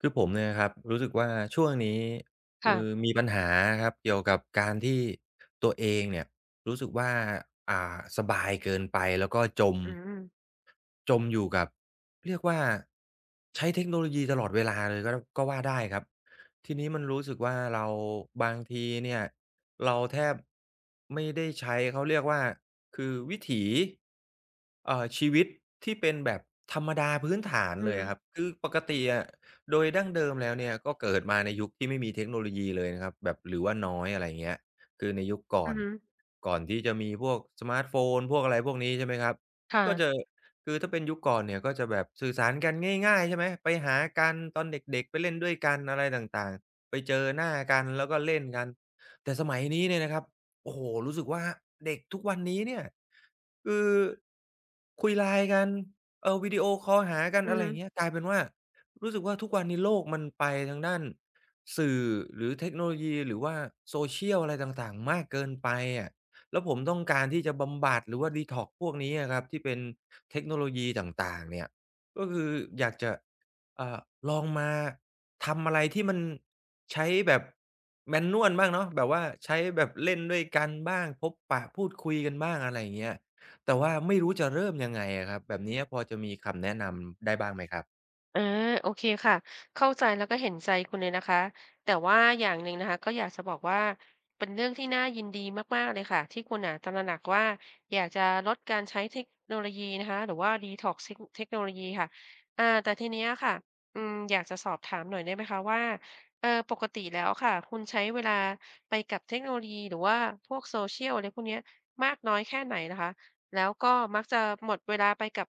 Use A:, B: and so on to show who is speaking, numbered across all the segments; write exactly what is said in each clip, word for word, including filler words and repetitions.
A: คือผมเนี่ยครับรู้สึกว่าช่วงนี้
B: ค่ะ
A: คือมีปัญหาครับเกี่ยวกับการที่ตัวเองเนี่ยรู้สึกว่าอ่าสบายเกินไปแล้วก็จม
B: อืม
A: จมอยู่กับเรียกว่าใช้เทคโนโลยีตลอดเวลาเลยก็ก็ว่าได้ครับทีนี้มันรู้สึกว่าเราบางทีเนี่ยเราแทบไม่ได้ใช้เขาเรียกว่าคือวิถีเอ่อชีวิตที่เป็นแบบธรรมดาพื้นฐาน
B: อื
A: เลยอะครับ
B: ม
A: คือปกติอะ โดยดั้งเดิมแล้วเนี่ยก็เกิดมาในยุคที่ไม่มีเทคโนโลยีเลยนะครับแบบหรือว่าน้อยอะไรเงี้ยคือในยุคก่อ
B: อือ
A: น
B: ฮึ
A: ก่อนที่จะมีพวกสมาร์ตโฟนพวกอะไรพวกนี้ใช่ไหมครับก็จะ
B: ค่ะ
A: คือถ้าเป็นยุคก่อนเนี่ยก็จะแบบสื่อสารกันง่ายๆใช่ไหมไปหากันตอนเด็กๆไปเล่นด้วยกันอะไรต่างๆไปเจอหน้ากันแล้วก็เล่นกันแต่สมัยนี้เนี่ยนะครับโอ้โฮรู้สึกว่าเด็กทุกวันนี้เนี่ยคือคุย ไลน์ กันเออวิดีโอคอลหากัน
B: อือ
A: อะไร
B: ฮึ
A: อย่างเงี้ยกลายเป็นว่า รู้สึกว่าทุกวันนี้โลกมันไปทางด้านสื่อหรือเทคโนโลยีหรือว่า Social อะไรต่างๆมากเกินไปอะแล้วผมต้องการที่จะบำบัดหรือว่า detox พวกนี้อะครับที่เป็นเทคโนโลยีต่างๆเนี่ยก็คืออยากจะอ่าลองมาทำอะไรที่มันใช้แบบ manual บ้างเนาะแบบว่าใช้แบบเล่นด้วยกันบ้างพบปะพูดคุยกันบ้างอะไรอย่างเงี้ยแต่ว่าไม่รู้จะเริ่มยังไงอะครับแบบนี้พอจะมีคำแนะนำได้บ้างไหมครับ
B: อาโอเคค่ะเข้าใจแล้วก็เห็นใจคุณเลยนะคะแต่ว่าอย่างหนึ่งนะคะก็อยากจะบอกว่าเป็นเรื่องที่น่ายินดีมากๆเลยค่ะที่คุณน่ะตระหนักว่าอยากจะลดการใช้เทคโนโลยีนะคะหรือว่าดีท็อกซ์เทคโนโลยีค่ะอ่าแต่ทีเนี้ยค่ะอืมอยากจะสอบถามหน่อยได้ไหมคะว่าเอ่อปกติแล้วค่ะคุณใช้เวลาไปกับเทคโนโลยีหรือว่าพวกโซ o ชี a l อะไรพวกเนี้ยมากน้อยแค่ไหนนะคะแล้วก็มักจะหมดเวลาไปกับ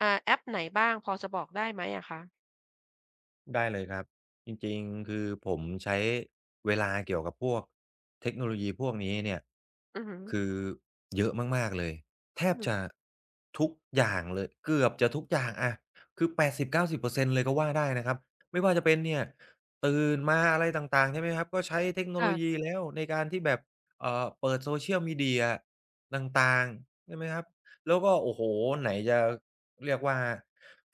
B: อ่าแอปไหนบ้างพอจะบอกได้ไหมอะคะ
A: ได้เลยครับจริงๆคือผมใช้เวลาเกี่ยวกับพวกเทคโนโลยีพวกนี้เนี่ย
B: อือฮึ
A: คือเยอะมากๆเลยแท
B: อื
A: บ
B: ม
A: จะทุกอย่างเลยเกือบจะทุกอย่างอะคือแปดสิบ-เก้าสิบเปอร์เซ็นต์เก้าสิบเปอร์เซ็นต์เลยก็ว่าได้นะครับไม่ว่าจะเป็นเนี่ยตื่นมาอะไรต่างๆใช่ไหมครับก็ใช้เทคโนโล
B: ค
A: ยีแล้วในการที่แบบเอ่อเปิด social media ต่างๆใช่ไหมครับ แล้วก็โอ้โฮไหนจะเรียกว่า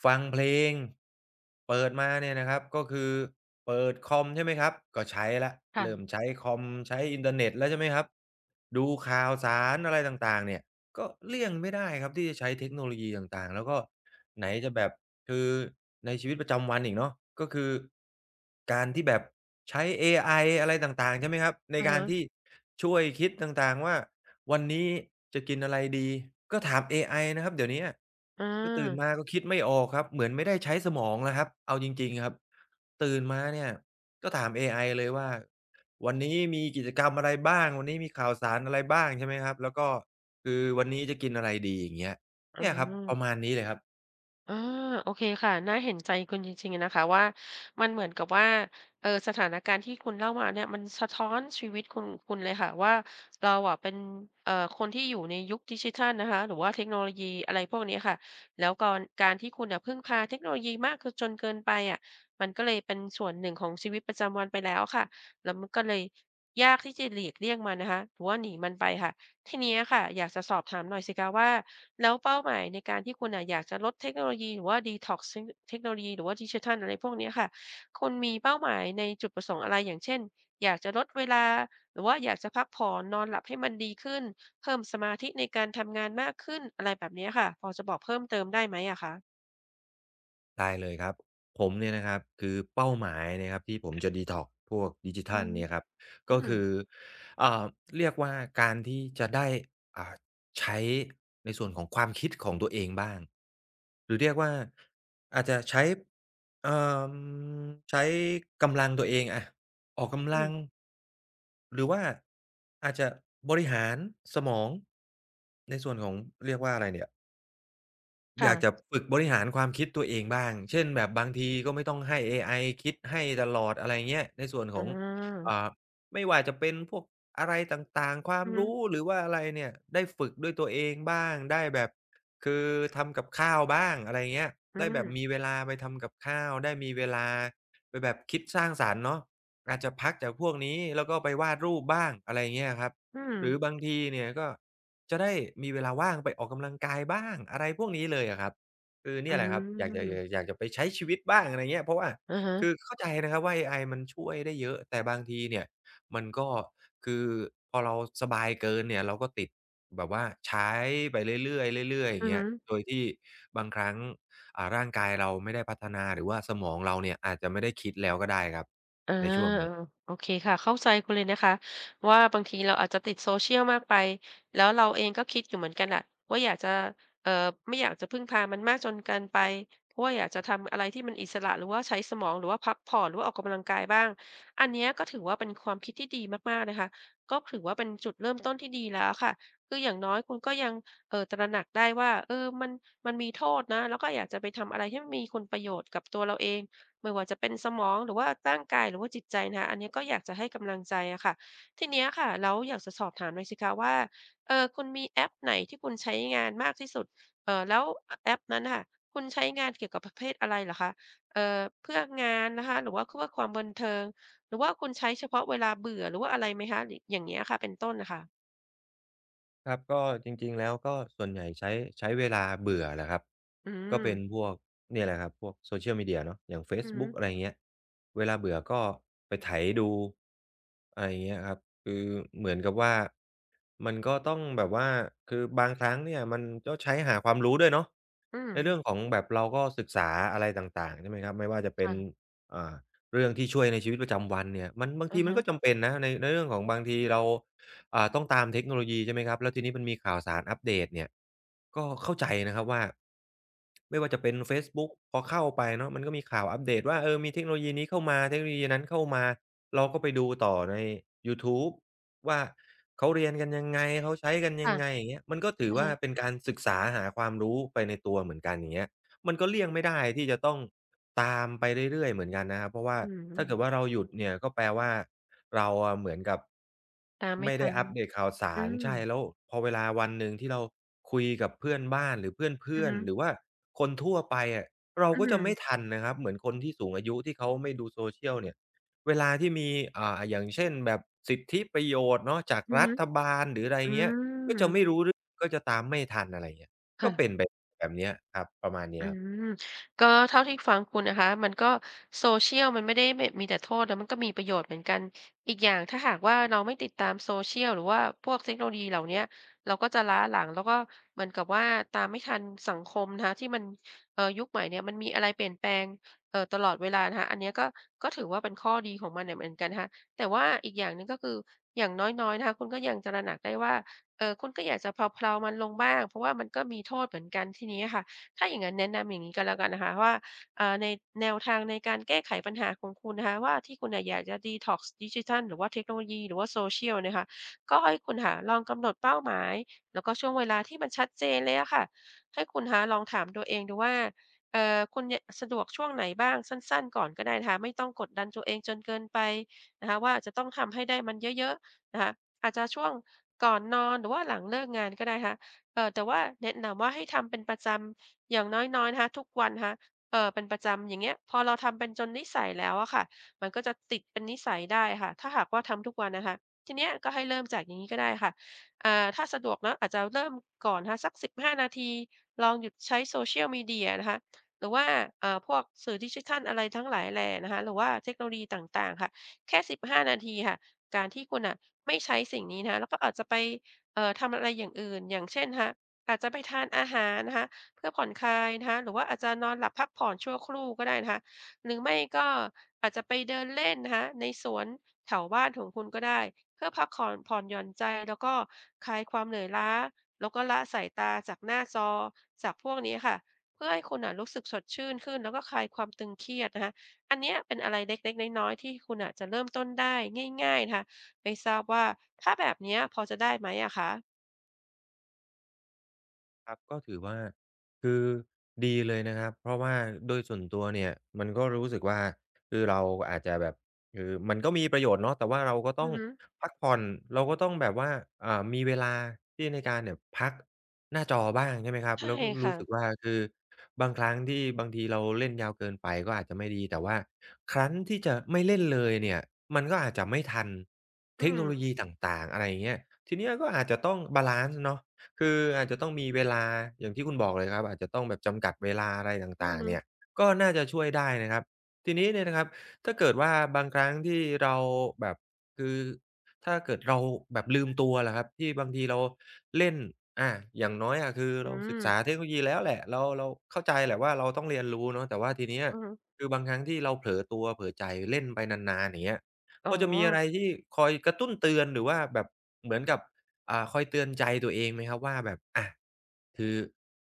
A: ฟังเพลงเปิดมาเนี่ยนะครับก็คือเปิดคอมใช่ไหมครับก็ใช้แล้ว
B: ่ะ
A: เริ่มใช้คอมใช้อินเทอร์เน็ตแล้วใช่ไหมครับดูข่าวสารอะไรต่างๆเนี่ยก็เลี่ยงไม่ได้ครับที่จะใช้เทคโนโลยีต่างๆแล้วก็ไหนจะแบบคือในชีวิตประจำวันอีกเนาะก็คือการที่แบบใช้เอไออะไรต่างๆใช่ไหมครับ
B: ๆ
A: ใน
B: อะ
A: การ
B: ฮะ
A: ที่ช่วยคิดต่างๆว่า วันนี้จะกินอะไรดีก็ถามเอไอนะครับเดี๋ยวเนี้ย
B: อา
A: ก็ตื่นมาก็คิดไม่ออกครับเหมือนไม่ได้ใช้สมองแล้วครับเอาจริงๆครับตื่นมาเนี่ยก็ถามเอไอเลยว่าวันนี้มีกิจกรรมอะไรบ้างวันนี้มีข่าวสารอะไรบ้างใช่ไหมครับแล้วก็คือวันนี้จะกินอะไรดีอย่างเงี้ย
B: อ๋
A: เนี่ยครับประ
B: อ
A: มาณนี้เลยครับ
B: อาโอเคค่ะน่าเห็นใจคุณจริงๆอนะคะว่ามันเหมือนกับว่าเออสถานการณ์ที่คุณเล่ามาเนี่ยมันสะท้อนชีวิตคุณคุณเลยค่ะว่าเราอะเป็นเอ่อคนที่อยู่ในยุคดิจิทัลนะคะหรือว่าเทคโนโลยีอะไรพวกนี้ค่ะแล้วกอนการที่คุณน่ะพึ่งพาเทคโนโลยีมากคือจนเกินไปอะมันก็เลยเป็นส่วนหนึ่งของชีวิตประจำวันไปแล้วค่ะแล้วมันก็เลยยากที่จะหลีกเลี่ยงมันนะคะหรือว่าหนีมันไปค่ะทีนี้ค่ะอยากจะสอบถามหน่อยสิคะว่า แล้วเป้าหมายในการที่คุณอะอยากจะลดเทคโนโลยีหรือว่าดีท็อกซ์งเทคโนโลยีหรือว่าดิจิทัลอะไรพวกเนี้ยค่ะคุณมีเป้าหมายในจุดประสงค์อะไรอย่างเช่นอยากจะลดเวลาหรือว่าอยากจะพักผ่อนนอนหลับให้มันดีขึ้นเพิ่มสมาธิในการทำงานมากขึ้นอะไรแบบเนี้ยค่ะพอจะบอกเพิ่มเติมได้ไหมอะคะ
A: ได้เลยครับผมเนี่ยนะครับคือเป้าหมายนะครับที่ผมจะด e ท็อกพวกดิจิ
B: อื
A: ทั
B: อ
A: ล
B: ฮึ
A: เนี่ยครับ
B: อื
A: ก็
B: ม
A: คืออ่าเรียกว่าการที่จะได้อ่าใช้ในส่วนของความคิดของตัวเองบ้างหรือเรียกว่าอาจจะใช้เอ่อใช้กำลังตัวเองอะออกกำ
B: อื
A: ลั
B: ม
A: งหรือว่าอาจจะบริหารสมองในส่วนของเรียกว่าอะไรเนี่ย อยากจะ
B: ค่ะ
A: ฝึกบริหารความคิดตัวเองบ้าง เช่นแบบบางทีก็ไม่ต้องให้เอไอคิดให้ตลอดอะไรเงี้ย ในส่วนข
B: อ
A: อง
B: า
A: อ่าไม่ว่าจะเป็นพวกอะไรต่างๆ ความ
B: อือฮึ
A: รู้หรือว่าอะไรเนี่ยได้ฝึกด้วยตัวเองบ้าง ได้แบบคือทำกับข้าวบ้างอะไรเงี้ย
B: อื
A: ได้แบบมี
B: ม
A: เวลาไปทำกับข้าวได้มีเวลาไปแบบคิดสร้างสรรค์เนาะอาจจะพักจากพวกนี้แล้วก็ไปวาดรูปบ้างอะไรเงี้ยครับ
B: อืม
A: หรือบางทีเนี่ยก็ จะได้มีเวลาว่างไปออกกำลังกายบ้างอะไรพวกนี้เลยอะครับคือ
B: อื
A: เนี่ยแหละครับอยากจะอยาก
B: ม
A: อยากจะไปใช้ชีวิตบ้างอะไรเงี้ยเพราะว่า
B: อะ
A: คือ
B: ฮะ
A: เข้าใจนะครับว่าเอไอมันช่วยได้เยอะแต่บางทีเนี่ยมันก็คือพอเราสบายเกินเนี่ยเราก็ติดแบบว่าใช้ไปเรื่อยๆเรื่อยๆอย่า
B: อื
A: ง
B: อ
A: เงี้
B: ฮึ
A: ยโดยที่บางครั้งอ่าร่างกายเราไม่ได้พัฒนาหรือว่าสมองเราเนี่ยอาจจะไม่ได้คิดแล้วก็ได้ครับ
B: อา
A: ในช่วงนี้
B: โอเคค่ะเข้าใจคุณเลยนะคะว่าบางทีเราอาจจะติด social มากไปแล้วเราเองก็คิดอยู่เหมือนกันน่ะว่าอยากจะเอ่อไม่อยากจะพึ่งพามันมากจนเกินไปเพราะว่าอยากจะทำอะไรที่มันอิสระหรือว่าใช้สมองหรือว่าพักผ่อนหรือว่าออกกำลังกายบ้างอันเนี้ยก็ถือว่าเป็นความคิดที่ดีมากๆนะคะก็ถือว่าเป็นจุดเริ่มต้นที่ดีแล้วค่ะคืออย่างน้อยคุณก็ยังเอ่อตระหนักได้ว่าเออมันมันมีโทษนะแล้วก็อยากจะไปทำอะไรที่มันมีคุณประโยชน์กับตัวเราเอง ไม่ว่าจะเป็นสมองหรือว่าร่างกายหรือว่าจิตใจนะคะอันนี้ก็อยากจะให้กำลังใจอะค่ะทีเนี้ยค่ะแล้วอยากจะสอบถามหน่อยสิคะว่าเออคุณมีแอปไหนที่คุณใช้งานมากที่สุดเอ่อแล้วอแอปนั้นน่ะค่ะคุณใช้งานเกี่ยวกับประเภทอะไรเหรอคะเอ่อเพื่องานนะคะหรือว่าคเพื่อความบันเทิงหรือว่าคุณใช้เฉพาะเวลาเบื่อหรือว่าอะไรไหมคะหรืออย่างเงี้ยค่ะเป็นต้นน่ะค่ะ
A: ครับก็จริงๆแล้วก็ส่วนใหญ่ใช้ใช้เวลาเบื่อแหละครับ
B: อื
A: ก็
B: ม
A: เป็นพวกเนี่ยแหละครับพวก Social Media เนาะอย่างเฟซ
B: อือฮึ
A: บุ๊กอะไรอย่างเงี้ยเวลาเบื่อก็ไปไถดูอะไรอย่างเงี้ยครับคือเหมือนกับว่ามันก็ต้องแบบว่าคือบางครั้งเนี่ยมันก็ใช้หาความรู้ด้วยเนาะ
B: อืม
A: ในเรื่องของแบบเราก็ศึกษาอะไรต่างๆใช่ไหมครับไม่ว่าจะเป็น
B: ค่ะ
A: อ่าเรื่องที่ช่วยในชีวิตประจำวันเนี่ยมันบางที
B: อะ
A: มัน
B: ฮะ
A: ก็จำเป็นนะในในเรื่องของบางทีเรา อ่าต้องตามเทคโนโลยีใช่ไหมครับแล้วทีนี้มันมีข่าวสารอัปเดตเนี่ยก็เข้าใจนะครับว่าไม่ว่าจะเป็นเฟซบุ๊กพอเข้าไปเนาะมันก็มีข่าวอัปเดตว่าเออมีเทคโนโลยีนี้เข้ามาเทคโนโลยีนั้นเข้ามาเราก็ไปดูต่อในยูทูบว่าเขาเรียนกันยังไงเขาใช้กันยั
B: ค่ะ
A: งไงอย่างเงี้ยมันก็ถือ
B: อะ
A: ว่า
B: ฮะ
A: เป็นการศึกษาหาความรู้ไปในตัวเหมือนกันอย่างเงี้ย มันก็เลี่ยงไม่ได้ที่จะต้องตามไปเรื่อยๆเหมือนกันนะครับเพราะว่า
B: อืม
A: ถ้าเกิดว่าเราหยุดเนี่ยก็แปลว่าเราอะเหมือนกับ
B: ตามไม่
A: ไม่ได้
B: ทัน
A: อัปเดตข่าวสา
B: อื
A: ร
B: ม
A: ใช่แล้วพอเวลาวันหนึ่งที่เราคุยกับเพื่อนบ้านหรือเพ
B: อื
A: ื่
B: อ
A: อน
B: ฮึ
A: ๆหรือว่าคนทั่วไปอะเรา
B: อื
A: ก็จะไม่
B: ม
A: ทันนะครับเหมือนคนที่สูงอายุที่เขาไม่ดู Social เนี่ยเวลาที่มีอ่าอย่างเช่นแบบสิทธิประโยชน์เนาะจาก
B: อือ
A: รั
B: ฮึ
A: ฐบาลหรืออะไร
B: อื
A: เงี้ยก็
B: ม
A: จะไม่รู้เรื่องก็จะตามไม่ทันอะไรเงี้ยก็เป็น
B: ค่ะ
A: ไป แบบเนี้ยครับประมาณ
B: อื
A: เนี้ยครับ
B: มก็เท่าที่ฟังคุณนะคะมันก็ Social มันไม่ได้แบบมีแต่โทษนะมันก็มีประโยชน์เหมือนกันอีกอย่างถ้าหากว่าเราไม่ติดตาม Social หรือว่าพวกเทคโนโลยีเหล่าเนี้ยเราก็จะล้าหลังแล้วก็เหมือนกับว่าตามไม่ทันสังคมนะคะที่มันเอ่อยุคใหม่เนี่ยมันมีอะไรเปลี่ยนแปลงเอ่อตลอดเวลานะคะอันเนี้ยก็ก็ถือว่าเป็นข้อดีของมันเนี่ยเหมือนกันนะคะแต่ว่าอีกอย่างหนึ่งก็คืออย่างน้อยๆนะคะคุณก็ยังตระหนักได้ว่าเอ่อคุณก็อยากจะเพลาๆมันลงบ้างเพราะว่ามันก็มีโทษเหมือนกันทีนี้อะค่ะ ถ้าอย่างนั้นแนะนำอย่างนี้ก็แล้วกันนะคะว่าเอ่อในแนวทางในการแก้ไขปัญหาของคุณนะคะว่าที่คุณน่ะอยากจะดีท็อกซ์ดิจิทัลหรือว่าเทคโนโลยีหรือว่าโซ o ชียลนะคะก็ให้คุณค่ะลองกำหนดเป้าหมายแล้วก็ช่วงเวลาที่มันชัดเจนเลยอะค่ะให้คุณคะลองถามตัวเองดูว่าเอ่อคุณเนี่ยสะดวกช่วงไหนบ้างสั้นๆก่อนก็ได้นะคะไม่ต้องกดดันตัวเองจนเกินไปนะคะว่าจะต้องทำให้ได้มันเยอะๆนะคะอาจจะช่วงก่อนนอนหรือว่าหลังเลิกงานก็ได้ค่ะเอ่อแต่ว่าแนะนำว่าให้ทำเป็นประจำ อย่างน้อยๆนะคะทุกวันนะคะเอ่อเป็นประจำอย่างเงี้ยพอเราทำเป็นจนนิสัยแล้วอะค่ะมันก็จะติดเป็นนิสัยได้ค่ะถ้าหากว่าทำทุกวันนะคะทีเนี้ยก็ให้เริ่มจากอย่างงี้ก็ได้ค่ะอ่าถ้าสะดวกเนาะอาจจะเริ่มก่อนนะคะสักสิบห้านาทีลองหยุดใช้ Social Media นะคะหรือว่าเอ่อพวกสื่อดิจิทัลอะไรทั้งหลายแหล่นะคะหรือว่าเทคโนโลยีต่างๆค่ะแค่สิบห้านาทีค่ะการที่คุณน่ะไม่ใช้สิ่งนี้นะคะแล้วก็อาจจะไปเอ่อทำอะไรอย่างอื่นอย่างเช่นนะคะอาจจะไปทานอาหารนะคะ เพื่อผ่อนคลายนะคะหรือว่าอาจจะนอนหลับพักผ่อนชั่วครู่ก็ได้นะคะหรือไม่ก็อาจจะไปเดินเล่นนะคะในสวนแถวบ้านของคุณก็ได้เพื่อพักผ่อนผ่อนหย่อนใจแล้วก็คลายความเหนื่อยล้าแล้วก็ละสายตาจากหน้าจอจากพวกนี้ค่ะเพื่อให้คุณน่ะรู้สึกสดชื่นขึ้นแล้วก็คลายความตึงเครียดนะคะอันเนี้ยเป็นอะไรเล็กๆน้อยๆที่คุณอ่ะจะเริ่มต้นได้ง่ายๆนะคะไม่ทราบว่าถ้าแบบเนี้ยพอจะได้ไหมอะคะ
A: ครับก็ถือว่าคือดีเลยนะครับเพราะว่าโดยส่วนตัวเนี่ยมันก็รู้สึกว่าคือเราอาจจะแบบคือมันก็มีประโยชน์เนาะแต่ว่าเราก็ต้
B: อื
A: อ
B: อ
A: ง
B: ฮึ
A: พักผ่อนเราก็ต้องแบบว่าอ่ามีเวลาที่ในการเนี่ยพักหน้าจอบ้างใช่ไหมครับ
B: ใช่
A: แล้วก็รู้
B: ค่ะ
A: สึกว่าคือบางครั้งที่บางทีเราเล่นยาวเกินไปก็อาจจะไม่ดีแต่ว่าครั้นที่จะไม่เล่นเลยเนี่ยมันก็อาจจะไม่ทัน
B: อื
A: เทคโน
B: ม
A: โลยีต่างๆอะไรอย่างเงี้ยทีเนี้ยก็อาจจะต้องบาลันซ์เนาะ คืออาจจะต้องมีเวลาอย่างที่คุณบอกเลยครับอาจจะต้องแบบจำกัดเวลาอะไรต
B: อือ
A: ่างๆ
B: ฮึ
A: เนี่ยก็น่าจะช่วยได้นะครับทีนี้เนี่ยนะครับถ้าเกิดว่าบางครั้งที่เราแบบคือถ้าเกิดเราแบบลืมตัวล่ะครับที่บางทีเราเล่นอาอย่างน้อยอะคือ
B: อื
A: เราศึ
B: ม
A: กษาเทคโนโลยีแล้วแหละเราเราเข้าใจแหละว่าเราต้องเรียนรู้เนาะแต่ว่าทีเนี้ย
B: อือฮึ
A: คือบางครั้งที่เราเผลอตัวเผลอใจเล่นไปนานๆอย่างเงี้ย
B: อ๋อ
A: พอจะมีอะไรที่คอยกระตุ้นเตือนหรือว่าแบบเหมือนกับ อ่าคอยเตือนใจตัวเองไหมครับว่าแบบอะคือ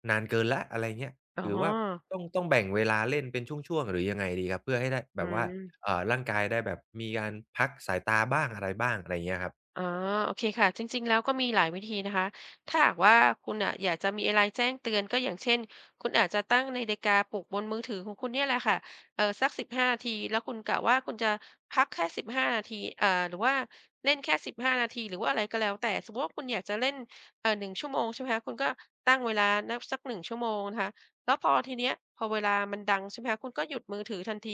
A: นานเกินแล้วอะไรเงี้ย
B: อ๋อ
A: หรือว่าต้องต้องแบ่งเวลาเล่นเป็นช่วงๆหรือยังไงดีครับเพื่อให้ได้แบ
B: อื
A: บว่า
B: ม
A: เอ่อร่างกายได้แบบมีการพักสายตาบ้างอะไรบ้างอะไรเงี้ยครับ
B: อ๋อโอเคค่ะจริงๆแล้วก็มีหลายวิธีนะคะถ้าหากว่าคุณอ่ะอยากจะมีอะไรแจ้งเตือนก็อย่างเช่นคุณอาจจะตั้งนาฬิกาปลุกบนมือถือของคุณเนี่ยแหละค่ะเออสักสิบห้านาทีแล้วคุณกะว่าคุณจะพักแค่สิบห้านาทีเอ่อหรือว่าเล่นแค่สิบห้านาทีหรือว่าอะไรก็แล้วแต่สมมุติว่าคุณอยากจะเล่นเอ่อหนึ่งชั่วโมงใช่ไหมคะคุณก็ตั้งเวลานะสักหนึ่งชั่วโมงนะคะแล้วพอทีเนี้ยพอเวลามันดังใช่ไหมคะคุณก็หยุดมือถือทันที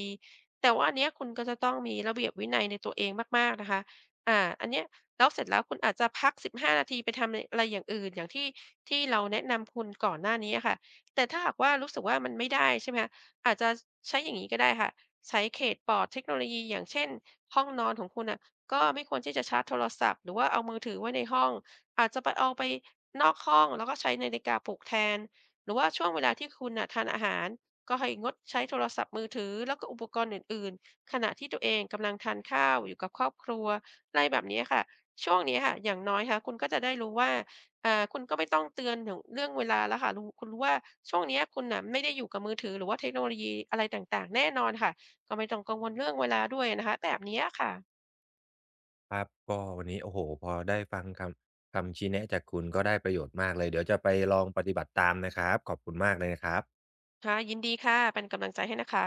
B: แต่ว่าอันเนี้ยคุณก็จะต้องมีระเบียบวินัยในตัวเองมากๆนะคะอ่าอันเนี้ย แล้วเสร็จแล้วคุณอาจจะพักสิบห้านาทีไปทำอะไรอย่างอื่นอย่างที่ที่เราแนะนำคุณก่อนหน้านี้อะค่ะแต่ถ้าหากว่ารู้สึกว่ามันไม่ได้ใช่ไหมคะอาจจะใช้อย่างงี้ก็ได้ค่ะใช้เขตปลอดเทคโนโลยีอย่างเช่นห้องนอนของคุณน่ะก็ไม่ควรที่จะชาร์จโทรศัพท์หรือว่าเอามือถือไว้ในห้องอาจจะไปเอาไปนอกห้องแล้วก็ใช้นาฬิกาปลุกแทนหรือว่าช่วงเวลาที่คุณน่ะทานอาหารก็ให้งดใช้โทรศัพท์มือถือแล้วก็อุปกรณ์อื่นๆขณะที่ตัวเองกำลังทานข้าวอยู่กับครอบครัวอะไรแบบนี้ค่ะ ช่วงนี้ค่ะอย่างน้อยค่ะคุณก็จะได้รู้ว่าอ่าคุณก็ไม่ต้องเตือนถึงเรื่องเวลาแล้วค่ะรู้คุณรู้ว่าช่วงเนี้ยคุณน่ะไม่ได้อยู่กับมือถือหรือว่าเทคโนโลยีอะไรต่างๆแน่นอนค่ะก็ไม่ต้องกังวลเรื่องเวลาด้วยนะคะแบบเนี้ยค่ะ
A: ครับก็วันนี้โอ้โฮพอได้ฟังคำคำชี้แนะจากคุณก็ได้ประโยชน์มากเลยเดี๋ยวจะไปลองปฏิบัติตามนะครับขอบคุณมากเลยนะครับ
B: ค่ะยินดีค่ะเป็นกำลังใจให้นะคะ